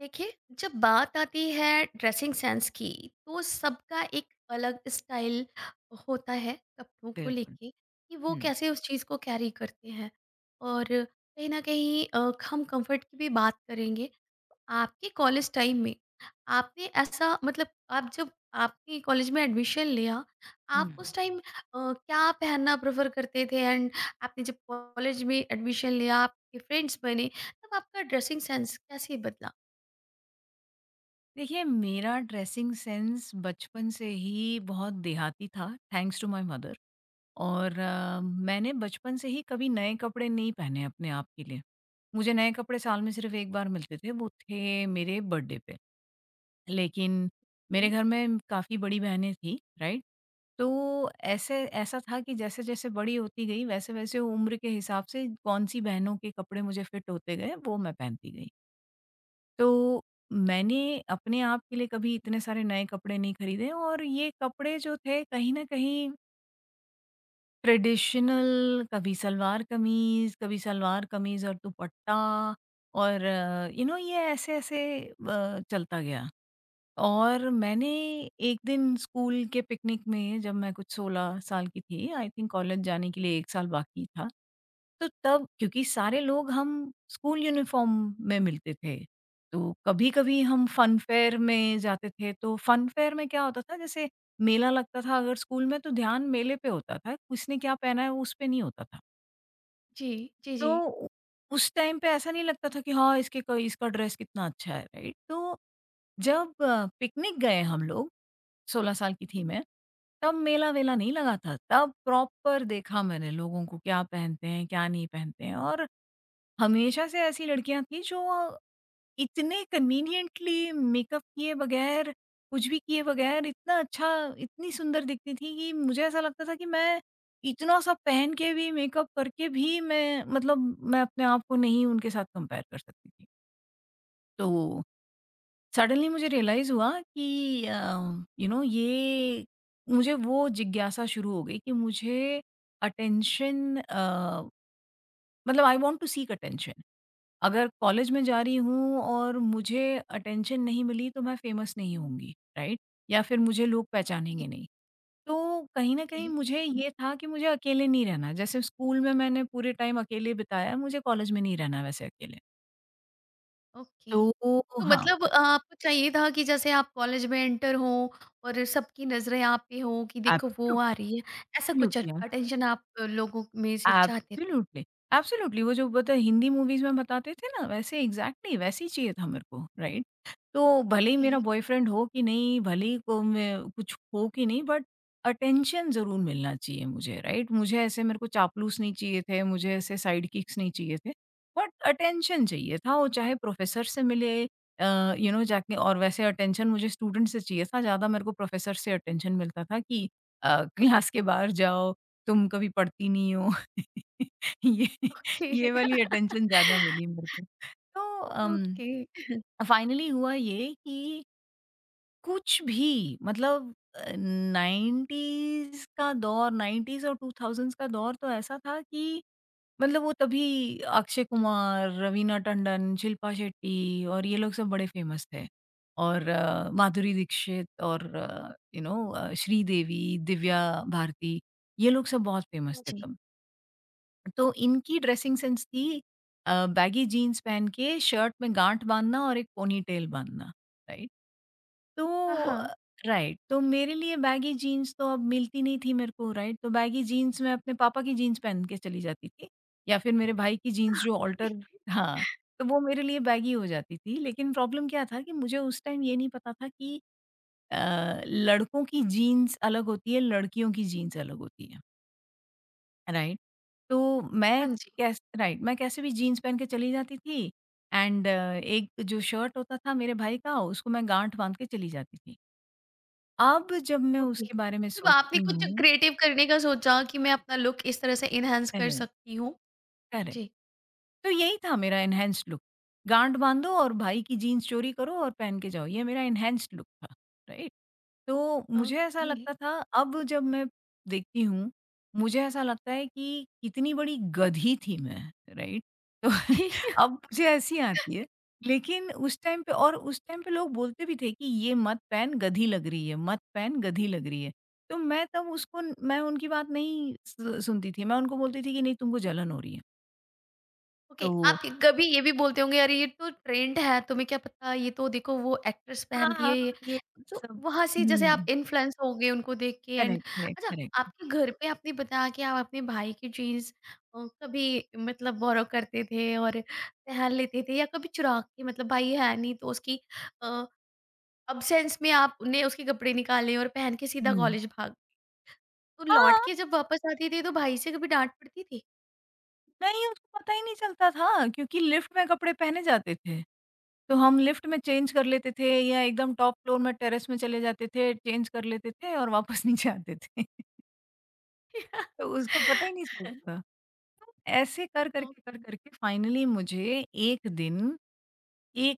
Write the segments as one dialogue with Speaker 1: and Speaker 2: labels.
Speaker 1: देखिए, जब बात आती है ड्रेसिंग सेंस की, तो सबका एक अलग स्टाइल होता है कपड़ों को
Speaker 2: बिल्कुल।
Speaker 1: लेके कि वो
Speaker 2: हुँ,
Speaker 1: कैसे उस चीज़ को कैरी करते हैं। और कहीं ना कहीं हम कंफर्ट की भी बात करेंगे। तो आपके कॉलेज टाइम में आपने ऐसा, मतलब आप जब आपने कॉलेज में एडमिशन लिया,
Speaker 2: हुँ।
Speaker 1: आप उस टाइम क्या पहनना प्रेफर करते थे? एंड आपने जब कॉलेज में एडमिशन लिया, आपके फ्रेंड्स बने, तब आपका ड्रेसिंग सेंस कैसे बदला?
Speaker 2: देखिए मेरा ड्रेसिंग सेंस बचपन से ही बहुत देहाती था। Thanks to my mother. और मैंने बचपन से ही कभी नए कपड़े नहीं पहने अपने आप के लिए। मुझे नए कपड़े साल में सिर्फ़ 1 बार मिलते थे, वो थे मेरे बर्थडे पे। लेकिन मेरे
Speaker 1: जी,
Speaker 2: घर में काफ़ी बड़ी बहनें थीं, राइट? तो ऐसे ऐसा था कि जैसे-जैसे बड़ी होती गई वैसे-वैसे उम्र के हिसाब से कौन-सी बहनों के कपड़े मुझे फिट होते गए, वो मैं पहनती गई। तो मैंने अपने आप के लिए कभी इतने सारे नए कपड़े नहीं खरीदे, और ये कपड़े जो थे कहीं न कहीं ट्रेडिशनल, कभी सलवार-कमीज़, कभी सलवार-कमीज़ और दुपट्टा। और यू नो ये ऐसे-ऐसे चलता गया। और मैंने एक दिन स्कूल के पिकनिक में, जब मैं कुछ 16 साल की थी, आई थिंक कॉलेज जाने के लिए 1 साल बाकी था। तो तब क्योंकि सारे लोग हम स्कूल यूनिफ़ॉर्म में मिलते थे, तो कभी-कभी हम फन फेयर में जाते थे। तो फन फेयर में क्या होता था जैसे मेला लगता था अगर स्कूल में, तो ध्यान मेले पे होता था, किसने क्या पहना है वो उस पे नहीं होता था।
Speaker 1: जी, जी, जी।
Speaker 2: तो उ- उस टाइम पे ऐसा नहीं लगता था कि हाँ, इसके क इसका ड्रेस कितना अच्छा है, राइट? तो जब पिकनिक गए हम लोग, 16 साल की थी मैं, तब मेला-वेला नहीं लगा था। तब प्रॉपर देखा मैंने लोगों को क्या पहनते हैं, क्या नहीं पहनते हैं। और हमेशा से ऐसी लड़कियाँ थीं जो इतने कन्वीनिएंटली मेकअप किए बगैर, कुछ भी किए बगैर इतना अच्छा, इतनी सुंदर दिखती थीं कि मुझे ऐसा लगता था कि मैं इतना सब पहन के भी, मेकअप करके भी, मैं मतलब मैं अपने आप को नहीं उनके साथ कंपेयर कर सकती थी। तो सडनली मुझे रियलाइज़ हुआ कि यू नो ये मुझे वो जिज्ञासा शुरू हो गई कि मुझे अटेंशन मतलब I want to seek attention. अगर कॉलेज में जा रही हूँ और मुझे अटेंशन नहीं मिली तो मैं फ़ेमस नहीं होंगी, राइट? या फिर मुझे लोग
Speaker 1: जी,
Speaker 2: पहचानेंगे नहीं। तो कहीं न कहीं
Speaker 1: जी।
Speaker 2: मुझे ये था कि मुझे अकेले नहीं रहना। जैसे स्कूल में मैंने पूरे टाइम अकेले बिताया, मुझे कॉलेज में नहीं रहना वैसे अकेले।
Speaker 1: ओके।
Speaker 2: तो
Speaker 1: तो
Speaker 2: हाँ,
Speaker 1: मतलब आपको चाहिए था कि जैसे आप कॉलेज में एंटर हो और सबकी नज़रें आप पे हो कि देखो वो
Speaker 2: एब्सोल्यूट
Speaker 1: आ रही है, ऐसा कुछ अट अटेंशन आप लोगों में से चाहते थे।
Speaker 2: एब्सोल्युटली, एब्सोल्युटली, वो जो बता हिंदी मूवीज़ में बताते थे ना, वैसे एग्ज़ैक्टली वैसे ही चाहिए था मेरे को, राइट? तो भले ही मेरा बॉयफ्रेंड हो कि नहीं, भले ही को मैं कुछ हो कि नहीं, बट अटेंशन ज़रूर मिलना चाहिए मुझे, राइट? मुझे ऐसे मेरे को चापलूस नहीं चाहिए थे, मुझे ऐसे साइड किक्स नहीं चाहिए थे, बट अटेंशन चाहिए था। वो चाहे प्रोफ़ेसर से मिले। यू नो जाके, और वैसे अटेंशन मुझे स्टूडेंट से चाहिए था, ज़्यादा मेरे को प्रोफ़ेसर से अटेंशन मिलता था कि क्लास के बाहर जाओ, तुम कभी पढ़ती नहीं हो। ये
Speaker 1: ओके,
Speaker 2: ये वाली अटेंशन ज़्यादा मिली मेरे को। तो अम
Speaker 1: ओके, ओके।
Speaker 2: फाइनली हुआ ये कि कुछ भी मतलब 90s का दौर, 90s और 2000s का दौर तो ऐसा था कि मतलब वो तभी अक्षय कुमार, रवीना टंडन, शिल्पा शेट्टी और ये लोग सब बड़े फ़ेमस थे। और माधुरी दीक्षित और यू नो श्रीदेवी, दिव्या भारती, ये लोग सब बहुत
Speaker 1: हाँ
Speaker 2: फ़ेमस थे
Speaker 1: जी।
Speaker 2: तब। तो इनकी ड्रेसिंग सेंस थी बैगी जीन्स पहन के शर्ट में गाँठ बाँधना और एक पोनीटेल बाँधना, राइट? तो
Speaker 1: हाँ, हाँ।
Speaker 2: अ, राइट, तो मेरे लिए बैगी जीन्स तो अब मिलती नहीं थी मेरे को, राइट, तो बैगी जीन्स मैं अपने पापा की जीन्स पहन के चली जाती थी, या फिर मेरे भाई की जीन्स जो ऑल्टर, हाँ, तो वो मेरे लिए बैगी हो जाती थी। लेकिन प्रॉब्लम क्या था कि मुझे उस टाइम ये नहीं पता था कि लड़कों की जीन्स अलग होती है, लड़कियों की जीन्स अलग होती है, राइट? तो मैं
Speaker 1: हाँ जी।
Speaker 2: कैस राइट, मैं कैसे भी जीन्स पहन के चली जाती थी, एंड एक जो शर्ट होता था मेरे भाई का, उसको मैं गाँठ बाँध के चली जाती थी। अब जब मैं
Speaker 1: ओके।
Speaker 2: उसके बारे में
Speaker 1: मतलब आपने
Speaker 2: सोचती
Speaker 1: कुछ
Speaker 2: हूँ,
Speaker 1: क्रिएटिव करने का सोचा कि मैं अपना लुक इस तरह से एनहांस कर
Speaker 2: करेक्ट,
Speaker 1: सकती हूँ।
Speaker 2: करेक्ट।
Speaker 1: जी।
Speaker 2: तो यही था मेरा एनहांस्ड लुक। गाँठ बाँधो और भाई की जीन्स चोरी करो और पहन के जाओ, ये मेरा एनहांस्ड लुक था, राइट? तो मुझे ऐसा
Speaker 1: ओके।
Speaker 2: लगता था, अब जब मैं देखती हूँ, मुझे ऐसा लगता है कि कितनी बड़ी गधी थी मैं, राइट? तो अब मुझे हँसी आती है, लेकिन उस टाइम पे, और उस टाइम पे लोग बोलते भी थे कि ये मत पहन गधी लग रही है, मत पहन गधी लग रही है। तो मैं तब उसको, मैं उनकी बात नहीं स सुनती थी, मैं उनको बोलती थी कि नहीं तुमको जलन हो रही है।
Speaker 1: ओके,
Speaker 2: तो
Speaker 1: आप कभी ये भी बोलते होंगे, अरे ये तो ट्रेंड है, तुम्हें क्या पता, ये तो देखो वो एक्ट्रेस
Speaker 2: हाँ,
Speaker 1: पहनती है
Speaker 2: हाँ,
Speaker 1: ये।
Speaker 2: ये
Speaker 1: तो
Speaker 2: सब।
Speaker 1: वहां से जैसे आप
Speaker 2: हुँ,
Speaker 1: इन्फ्लुएंस हो गए उनको देख के। एंड
Speaker 2: करेक्ट है,
Speaker 1: अच्छा,
Speaker 2: करेक्ट।
Speaker 1: आपके घर पे आपने बताया कि आप अपने भाई की जीन्स कभी, मतलब बोरो करते थे और पहन लेते थे, या कभी चुरा के, मतलब भाई है नहीं तो उसकी अब्सेंस में आपने उसके कपड़े निकाले और पहन के सीधा
Speaker 2: हुँ।
Speaker 1: कॉलेज भाग। तो लौट
Speaker 2: हाँ,
Speaker 1: के जब वापस आती थी तो भाई से कभी डांट पड़ती थी?
Speaker 2: नहीं उसको पता ही नहीं चलता था क्योंकि लिफ्ट में कपड़े पहने जाते थे। तो हम लिफ्ट में चेंज कर लेते थे, या एकदम टॉप फ्लोर में टेरेस में चले जाते थे, चेंज कर लेते थे और वापस नीचे आते थे। तो उसको पता ही नहीं चलता था। ऐसे कर
Speaker 1: ओके।
Speaker 2: कर के फाइनली मुझे एक दिन एक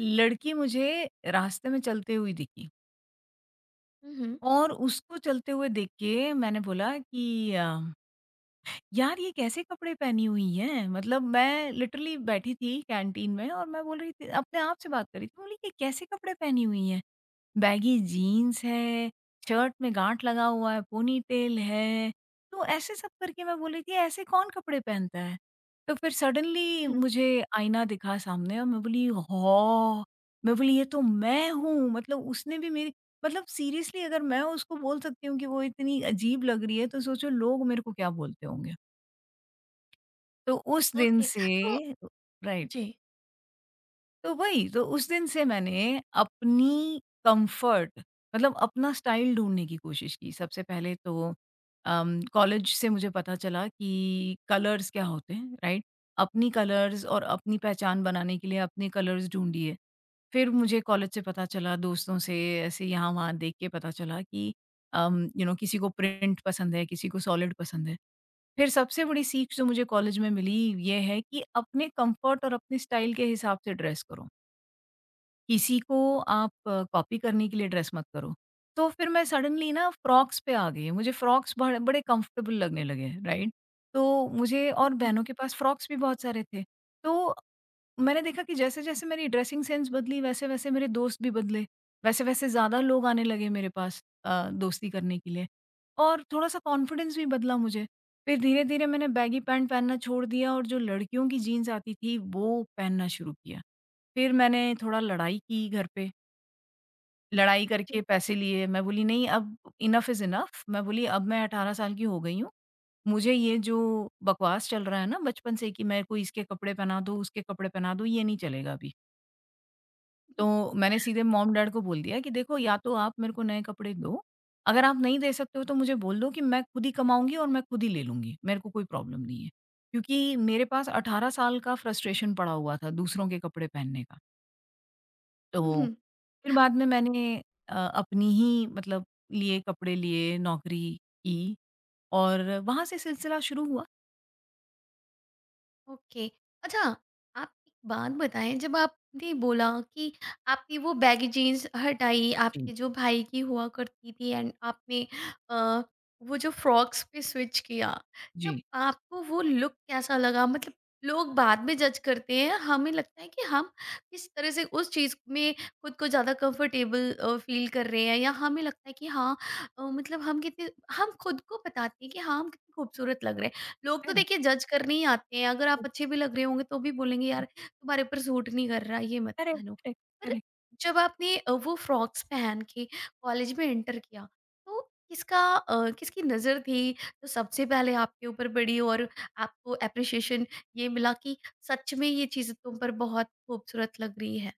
Speaker 2: लड़की मुझे रास्ते में चलते हुई दिखी,
Speaker 1: हम्म।
Speaker 2: और उसको चलते हुए देख के मैंने बोला कि यार ये कैसे कपड़े पहनी हुई हैं? मतलब मैं लिटरली बैठी थी कैंटीन में और मैं बोल रही थी, अपने आप से बात कर रही थी, बोली ये कैसे कपड़े पहनी हुई हैं? बैगी जीन्स है, शर्ट में गांठ लगा हुआ है, पोनीटेल है। तो ऐसे सब करके मैं बोल रही थी ऐसे कौन कपड़े पहनता है? तो फिर
Speaker 1: हुँ,
Speaker 2: सडनली
Speaker 1: हुँ।
Speaker 2: मुझे आईना दिखा सामने और मैं बोली हो! मैं बोली ये तो मैं हूँ। मतलब उसने भी मेरी, मतलब सीरियसली अगर मैं उसको बोल सकती हूँ कि वो इतनी अजीब लग रही है, तो सोचो लोग मेरे को क्या बोलते होंगे। तो उस दिन
Speaker 1: ओके।
Speaker 2: से,
Speaker 1: तो
Speaker 2: राइट,
Speaker 1: जी।
Speaker 2: तो वही तो उस दिन से मैंने अपनी कम्फ़र्ट, मतलब अपना स्टाइल ढूँढने की कोशिश की। सबसे पहले तो कॉलेज से मुझे पता चला कि कलर्स क्या होते हैं, राइट? अपनी कलर्स और अपनी पहचान बनाने के लिए अपने कलर्स ढूँढिए। फिर मुझे कॉलेज से पता चला, दोस्तों से, ऐसे यहाँ-वहाँ देख के पता चला कि यू नो किसी को प्रिंट पसंद है, किसी को सॉलिड पसंद है। फिर सबसे बड़ी सीख जो मुझे कॉलेज में मिली ये है कि अपने कंफर्ट और अपने स्टाइल के हिसाब से ड्रेस करो। किसी को आप कॉपी करने के लिए ड्रेस मत करो। तो फिर मैं सडनली ना फ्रॉक्स पे आ गई। मुझे फ्रॉक्स बड़े बड़े कंफर्टेबल लगने लगे, राइट? तो मुझे
Speaker 1: हुँ,
Speaker 2: और
Speaker 1: हुँ।
Speaker 2: बहनों के पास फ्रॉक्स भी बहुत सारे थे। तो मैंने देखा कि जैसे-जैसे मेरी ड्रेसिंग सेंस बदली, वैसे-वैसे मेरे दोस्त भी बदले। वैसे-वैसे ज़्यादा लोग आने लगे मेरे पास दोस्ती करने के लिए, और थोड़ा-सा कॉन्फिडेंस भी बदला मुझे। फिर धीरे-धीरे मैंने बैगी पैंट पहनना छोड़ दिया और जो लड़कियों की जीन्स आती थी, वो पहनना शुरू किया। फिर मैंने थोड़ा लड़ाई की घर पे, लड़ाई करके
Speaker 1: जी।
Speaker 2: पैसे लिए। मैं बोली, "नहीं, अब इनफ इज़ इनफ।" मैं बोली, "अब मैं 18 साल की हो गई हूँ। मुझे ये जो बकवास चल रहा है ना बचपन से कि मेरे को इसके कपड़े पहना दो, उसके कपड़े पहना दो, ये नहीं चलेगा अभी।" तो मैंने सीधे मॉम-डैड को बोल दिया कि देखो या तो आप मेरे को नए कपड़े दो, अगर आप नहीं दे सकते हो तो मुझे बोल दो कि मैं खुद ही कमाऊँगी और मैं खुद ही ले लूँगी, मेरे को कोई प्रॉब्लम नहीं है। क्योंकि मेरे पास 18 साल का फ्रस्ट्रेशन पड़ा हुआ था दूसरों के कपड़े पहनने का।
Speaker 1: हुँ,
Speaker 2: तो
Speaker 1: हुँ।
Speaker 2: फिर बाद में मैंने अपनी ही मतलब लिए कपड़े लिए, नौकरी की, और वहाँ से सिलसिला शुरू हुआ।
Speaker 1: ओके। अच्छा, आप एक बात बताएं, जब आपने बोला कि आपने वो बैगी जीन्स हटाई,
Speaker 2: जी।
Speaker 1: आपके जो भाई की हुआ करती थी, एंड आपने अ, वो जो फ्रॉक्स पे स्विच किया, तब
Speaker 2: जी।
Speaker 1: आपको वो लुक कैसा लगा? मतलब लोग बाद में जज करते हैं, हमें लगता है कि हम किस तरह से उस चीज़ में खुद को ज़्यादा कंफर्टेबल फील कर रहे हैं, या हमें लगता है कि हाँ, मतलब हम खुद को बताते हैं कि हाँ, हम कितने खूबसूरत लग रहे हैं। लोग तो
Speaker 2: करेक्ट,
Speaker 1: देखिए जज करने ही आते हैं, अगर आप अच्छे भी लग रहे होंगे तो भी बोलेंगे यार तुम्हारे ऊपर सूट नहीं कर रहा, ये मत
Speaker 2: करेक्ट,
Speaker 1: पहनो।
Speaker 2: करेक्ट,
Speaker 1: पर
Speaker 2: करेक्ट।
Speaker 1: जब आपने वो फ्रॉक्स पहन के कॉलेज में एंटर किया, तो किसका, किसकी नज़र थी जो सबसे पहले आपके ऊपर पड़ी, और आपको एप्रिसिएशन ये मिला कि सच में ये चीज़ें तुम पर बहुत खूबसूरत लग रही है?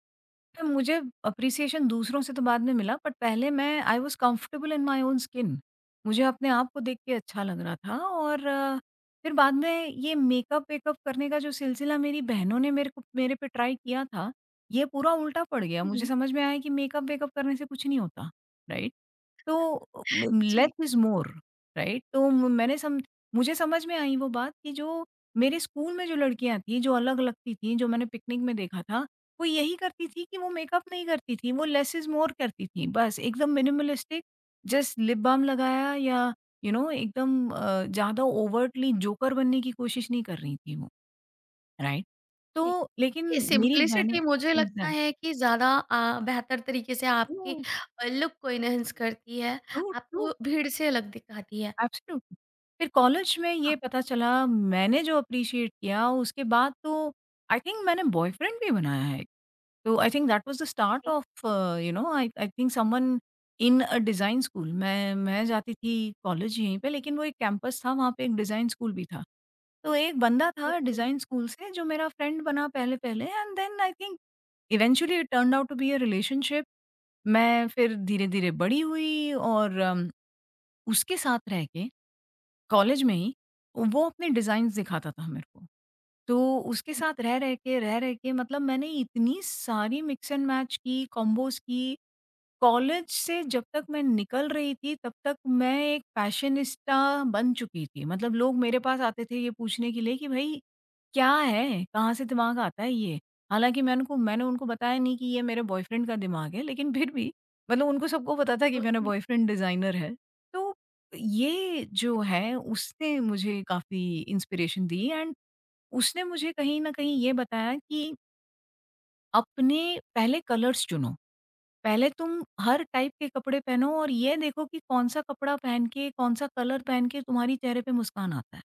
Speaker 2: तो मुझे एप्रिसिएशन दूसरों से तो बाद में मिला, बट पहले मैं I was comfortable in my own skin. मुझे अपने आप को देख के अच्छा लग रहा था, और फिर बाद में ये मेकअप-वेकअप करने का जो सिलसिला मेरी बहनों ने मेरे को मेरे पे ट्राई किया था, ये पूरा उल्टा पड़ गया।
Speaker 1: हुँ,
Speaker 2: मुझे
Speaker 1: हुँ।
Speaker 2: समझ में आया कि मेकअप-वेकअप करने से कुछ नहीं होता, राइट? तो
Speaker 1: जी।
Speaker 2: Less is more, right? तो मैंने सम मुझे समझ में आई वो बात कि जो मेरे स्कूल में जो लड़कियाँ थीं, जो अलग लगती थीं, जो मैंने पिकनिक में देखा था, वो यही करती थी कि वो मेकअप नहीं करती थी, वो लेस इज़ मोर करती थी। बस एकदम मिनिमलिस्टिक, जस्ट लिप बाम लगाया, या यू you नो know, एकदम ज़्यादा ओवरटली जोकर बनने की कोशिश नहीं कर रही थी वो, राइट?
Speaker 1: जी।
Speaker 2: तो लेकिन
Speaker 1: ये
Speaker 2: मेरी बहनों
Speaker 1: सिम्प्लिसिटी मुझे लगता
Speaker 2: एग्ज़ैक्ट
Speaker 1: है कि ज़्यादा बेहतर तरीके से
Speaker 2: ट्रू,
Speaker 1: आपकी लुक को एनहांस करती है,
Speaker 2: ट्रू।
Speaker 1: आपको भीड़ से अलग दिखाती है।
Speaker 2: एब्सोल्युटली। फिर कॉलेज में
Speaker 1: हाँ।
Speaker 2: ये पता चला, मैंने जो एप्रिशिएट किया उसके बाद तो आई थिंक मैंने बॉयफ्रेंड भी बनाया है। तो I think that was the start
Speaker 1: okay,
Speaker 2: of you know I I think someone in a design school. मैं जाती थी कॉलेज यहीं पे लेकिन वो एक कैंपस था वहाँ पे एक डिज़ाइन स्कूल भी था। तो एक बंदा था
Speaker 1: ओके।
Speaker 2: डिज़ाइन स्कूल से जो मेरा फ्रेंड बना पहले-पहले and then I think eventually it turned out to be a relationship. मैं फिर धीरे-धीरे बड़ी हुई और उसके साथ रह के कॉलेज में ही, वो अपने डिज़ाइन्स दिखाता था मेरे को। तो उसके
Speaker 1: जी,
Speaker 2: साथ रह-रह के मतलब मैंने इतनी सारी मिक्स एंड मैच की, कॉम्बोज़ की। कॉलेज से जब तक मैं निकल रही थी, तब तक मैं एक फैशनिस्टा बन चुकी थी। मतलब लोग मेरे पास आते थे ये पूछने के लिए कि भई क्या है? कहाँ से दिमाग आता है ये? हालाँकि मैंने उनको बताया नहीं कि ये मेरे बॉयफ्रेंड का दिमाग है, लेकिन फिर भी मतलब उनको सबको पता था कि मेरा बॉयफ्रेंड डिज़ाइनर है। तो ये जो है उसने मुझे काफ़ी इंस्पिरेशन दी एंड उसने मुझे कहीं न कहीं ये बताया कि अपने पहले कलर्स चुनो। पहले तुम हर टाइप के कपड़े पहनो और ये देखो कि कौन-सा कपड़ा पहन के, कौन-सा कलर पहन के तुम्हारे चेहरे पे मुस्कान आता है।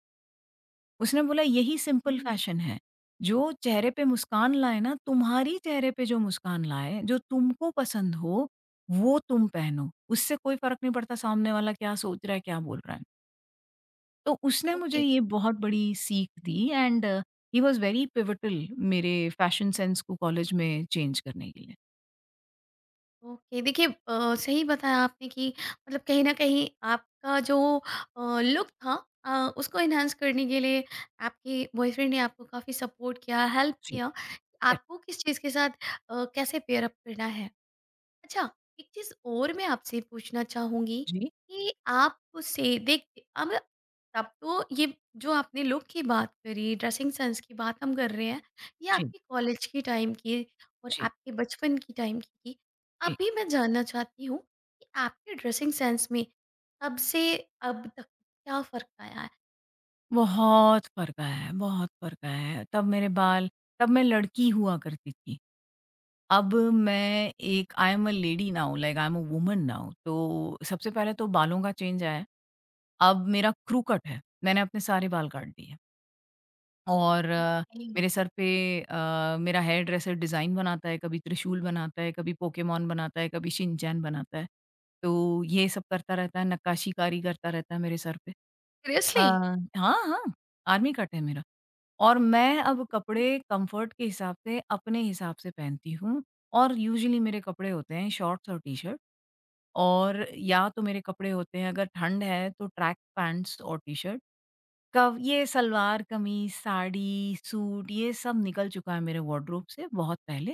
Speaker 2: उसने बोला यही सिंपल
Speaker 1: जी।
Speaker 2: फ़ैशन है। जो चेहरे पे मुस्कान लाए ना, तुम्हारी चेहरे पे जो मुस्कान लाए, जो तुमको पसंद हो, वो तुम पहनो। उससे कोई फ़र्क नहीं पड़ता सामने वाला क्या सोच रहा है, क्या बोल रहा है। तो उसने मुझे
Speaker 1: ओके,
Speaker 2: ये बहुत बड़ी सीख दी and he was very pivotal मेरे फ़ैशन सेंस को कॉलेज में चेंज करने के लिए।
Speaker 1: ओके। देखिए, सही बताया आपने कि मतलब कहीं न कहीं आपका जो लुक था, अ, उसको एनहांस करने के लिए आपके बॉयफ्रेंड ने आपको काफ़ी सपोर्ट किया, हेल्प
Speaker 2: जी,
Speaker 1: किया,
Speaker 2: करेक्ट।
Speaker 1: आपको किस चीज़ के साथ कैसे पेयर अप करना है। अच्छा, एक चीज़ और मैं आपसे पूछना चाहूँगी,
Speaker 2: जी,
Speaker 1: कि आपसे देखिए, अब तब तो ये जो आपने लुक की बात करी, ड्रेसिंग सेंस की बात हम कर रहे हैं, ये
Speaker 2: जी,
Speaker 1: आपके कॉलेज के टाइम की और
Speaker 2: जी,
Speaker 1: आपके बचपन की टाइम की थी।
Speaker 2: जी।
Speaker 1: अभी मैं जानना चाहती हूँ कि आपके ड्रेसिंग सेंस में तब से अब तक क्या फ़र्क आया है?
Speaker 2: बहुत फ़र्क आया है, बहुत फ़र्क आया है। तब मेरे बाल तब मैं लड़की हुआ करती थी। अब मैं एक I am a lady now like I am a woman now तो सबसे पहले तो बालों का चेंज आया। अब मेरा क्रू कट है, मैंने अपने सारे बाल काट दिए और
Speaker 1: ओके।
Speaker 2: मेरे सर पे मेरा हेयर ड्रेसर डिज़ाइन बनाता है, कभी त्रिशूल बनाता है, कभी पोकेमॉन बनाता है, कभी शिनचैन बनाता है। तो ये सब करता रहता है, नक्काशीकारी करता रहता है मेरे सर पे। Uh
Speaker 1: seriously?
Speaker 2: हाँ, हाँ, आर्मी कट है मेरा। और मैं अब कपड़े कम्फ़र्ट के हिसाब से, अपने हिसाब से पहनती हूँ और यूजुअली मेरे कपड़े होते हैं शॉर्ट्स और टी-शर्ट और या तो मेरे कपड़े होते हैं अगर ठंड है तो ट्रैक पैंट्स और टी-शर्ट। कव ये सलवार कमीज़, साड़ी, सूट ये सब निकल चुका है मेरे वार्डरोब से बहुत पहले।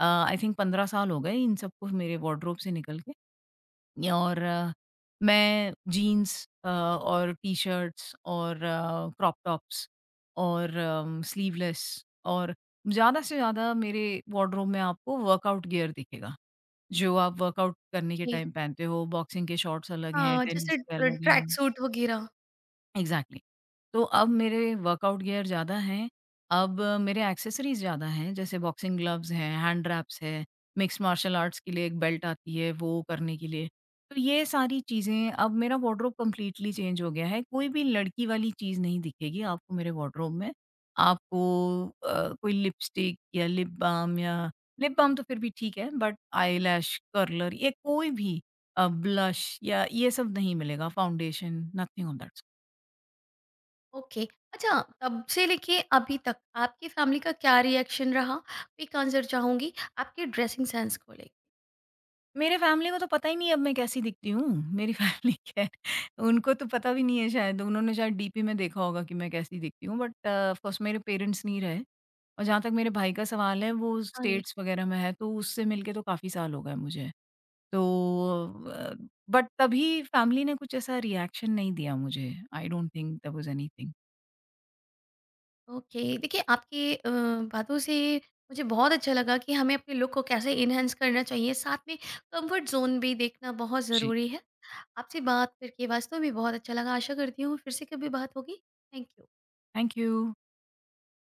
Speaker 2: आई थिंक 15 साल हो गए इन सबको मेरे वार्डरोब से निकल के। और मैं जीन्स और टी-शर्ट्स और क्रॉप टॉप्स और स्लीवलेस और ज़्यादा से ज़्यादा मेरे वार्डरोब में आपको वर्कआउट गियर दिखेगा, जो आप वर्कआउट करने के
Speaker 1: ओके।
Speaker 2: टाइम पहनते हो। बॉक्सिंग के शॉर्ट्स अलग हैं,
Speaker 1: हाँ,
Speaker 2: टेनिस
Speaker 1: जैसे
Speaker 2: के अलग हैं।
Speaker 1: ट्रैक सूट वगैरह।
Speaker 2: एग्ज़ैक्टली। तो अब मेरे वर्कआउट गियर ज़्यादा हैं, अब मेरे एक्सेसरीज़ ज़्यादा हैं, जैसे बॉक्सिंग ग्लव्स हैं, हैंड रैप्स है, मिक्स्ड मार्शल आर्ट्स के लिए एक बेल्ट आती है, वो करने के लिए। तो ये सारी चीज़ें अब मेरा वार्डरोब कंप्लीटली चेंज हो गया है, कोई भी लड़की वाली चीज़ नहीं दिखेगी आपको मेरे वार्डरोब में। आपको कोई लिपस्टिक या लिप बाल्म तो फिर भी ठीक है, बट आईलैश कर्लर ये कोई भी ब्लश या ये सब नहीं मिलेगा, foundation, nothing of that.
Speaker 1: Okay. अच्छा, तब से लेके अभी तक आपकी फैमिली का क्या रिएक्शन रहा? क्विक आंसर चाहूँगी आपके ड्रेसिंग सेंस को लेके।
Speaker 2: मेरे फैमिली को तो पता ही नहीं है अब मैं कैसी दिखती हूँ, मेरी फैमिली क्या है उनको तो पता भी नहीं है शायद, उन्होंने शायद डीपी में देखा होगा कि मैं कैसी दिखती हूँ, बट ऑफ़ कोर्स मेरे पेरेंट्स नहीं रहे। और जहाँ तक मेरे भाई का सवाल है वो
Speaker 1: सॉरी।
Speaker 2: स्टेट्स वग़ैरह में है, तो उससे मिलके तो काफ़ी साल हो गए मुझे। तो अ, बट तभी फैमिली ने कुछ ऐसा रिएक्शन नहीं दिया मुझे, I don't think there was anything.
Speaker 1: Okay. देखिए आपकी बातों से मुझे बहुत अच्छा लगा कि हमें अपने लुक को कैसे एनहांस करना चाहिए, साथ में कंफर्ट ज़ोन भी देखना बहुत
Speaker 2: जी,
Speaker 1: ज़रूरी है। आपसे बात करके वास्तव में बहुत अच्छा लगा, आशा करती हूँ फिर से कभी बात होगी। Thank you.
Speaker 2: Thank you.